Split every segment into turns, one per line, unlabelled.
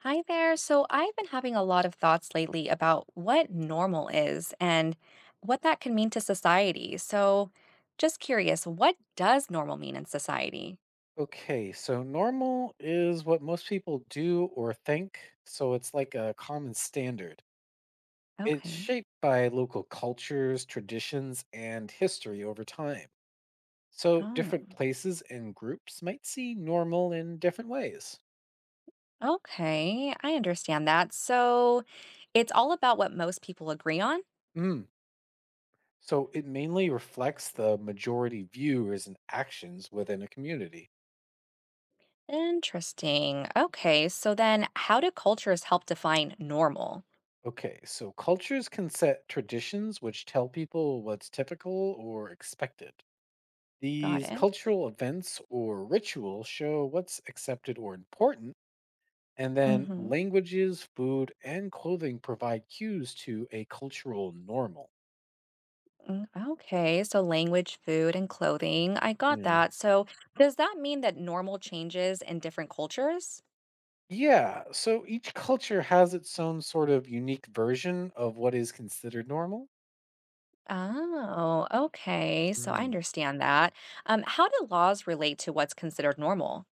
Hi there. So I've been having a lot of thoughts lately about what normal is and what that can mean to society. So just curious, what does normal mean in society?
Okay, so normal is what most people do or think, so it's like a common standard. It's
Okay.
shaped by local cultures, traditions, and history over time. So
Oh.
different places and groups might see normal in different ways.
Okay, I understand that. So it's all about what most people agree on?
Mm. So it mainly reflects the majority views and actions within a community.
Interesting. Okay, so then how do cultures help define normal?
Okay, so cultures can set traditions which tell people what's typical or expected.
Got
These
it.
cultural events or rituals show what's accepted or important, and then
Mm-hmm.
languages, food, and clothing provide cues to a cultural normal.
Okay, so language, food, and clothing. I got
Yeah.
that. So does that mean that normal changes in different cultures?
Yeah, so each culture has its own sort of unique version of what is considered normal.
Oh, okay. So I
Mm.
understand that. How do laws relate to what's considered normal?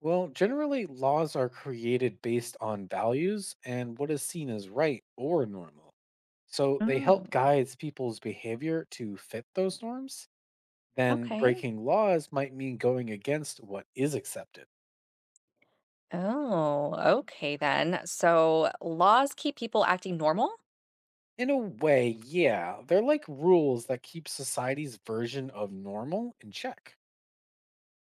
Well, generally, laws are created based on values and what is seen as right or normal. So they help
Mm,
guide people's behavior to fit those norms. Then
okay.
breaking laws might mean going against what is accepted.
Oh, okay then. So laws keep people acting normal?
In a way, yeah, they're like rules that keep society's version of normal in check.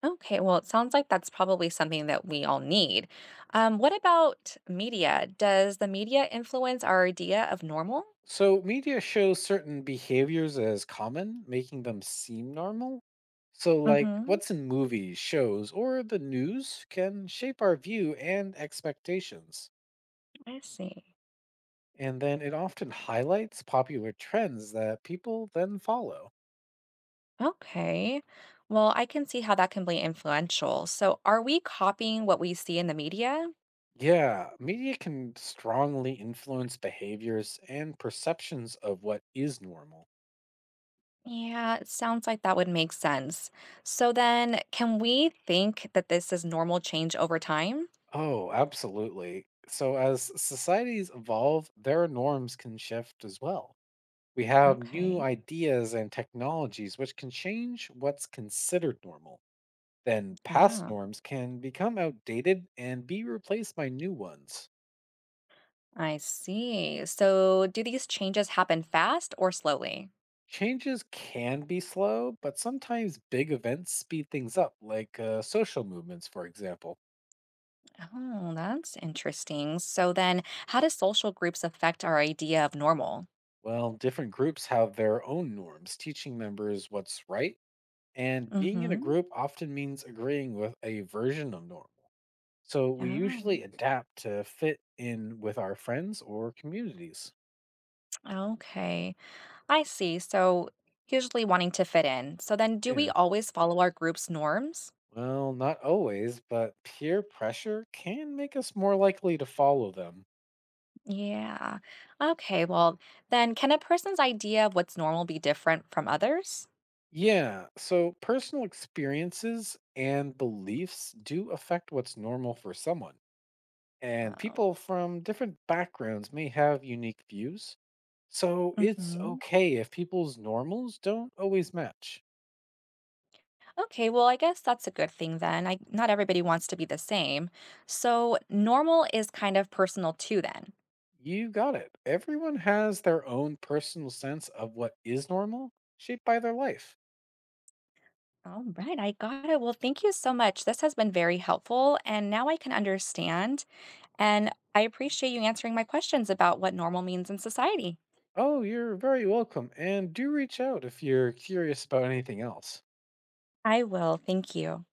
Okay, well, it sounds like that's probably something that we all need. What about media? Does the media influence our idea of normal?
So, media shows certain behaviors as common, making them seem normal. So, like
Mm-hmm.
what's in movies, shows, or the news can shape our view and expectations.
I see.
And then it often highlights popular trends that people then follow.
Okay. Well, I can see how that can be influential. So are we copying what we see in the media?
Yeah, media can strongly influence behaviors and perceptions of what is normal.
Yeah, it sounds like that would make sense. So then can we think that this is normal change over time?
Oh, absolutely. So, as societies evolve, their norms can shift as well. We have new
Okay.
ideas and technologies which can change what's considered normal. Then, past
Ah,
norms can become outdated and be replaced by new ones.
I see. So do these changes happen fast or slowly?
Changes can be slow, but sometimes big events speed things up, like social movements, for example.
Oh, that's interesting. So then how do social groups affect our idea of normal?
Well, different groups have their own norms, teaching members what's right, and
Mm
being in a
hmm.
group often means agreeing with a version of normal. So we
Oh,
usually adapt to fit in with our friends or communities.
okay. I see. So usually wanting to fit in. So then do we
Yeah.
always follow our group's norms?
Well, not always, but peer pressure can make us more likely to follow them.
Yeah. Okay. Well, then can a person's idea of what's normal be different from others?
Yeah, so personal experiences and beliefs do affect what's normal for someone, and
Oh.
people from different backgrounds may have unique views. So it's
Mm-hmm.
okay if people's normals don't always match.
Okay, well, I guess that's a good thing then. I, not everybody wants to be the same. So normal is kind of personal too, then.
You got it. Everyone has their own personal sense of what is normal, shaped by their life.
All right, I got it. Well, thank you so much. This has been very helpful. And now I can understand. And I appreciate you answering my questions about what normal means in society.
Oh, you're very welcome, and do reach out if you're curious about anything else.
I will. Thank you.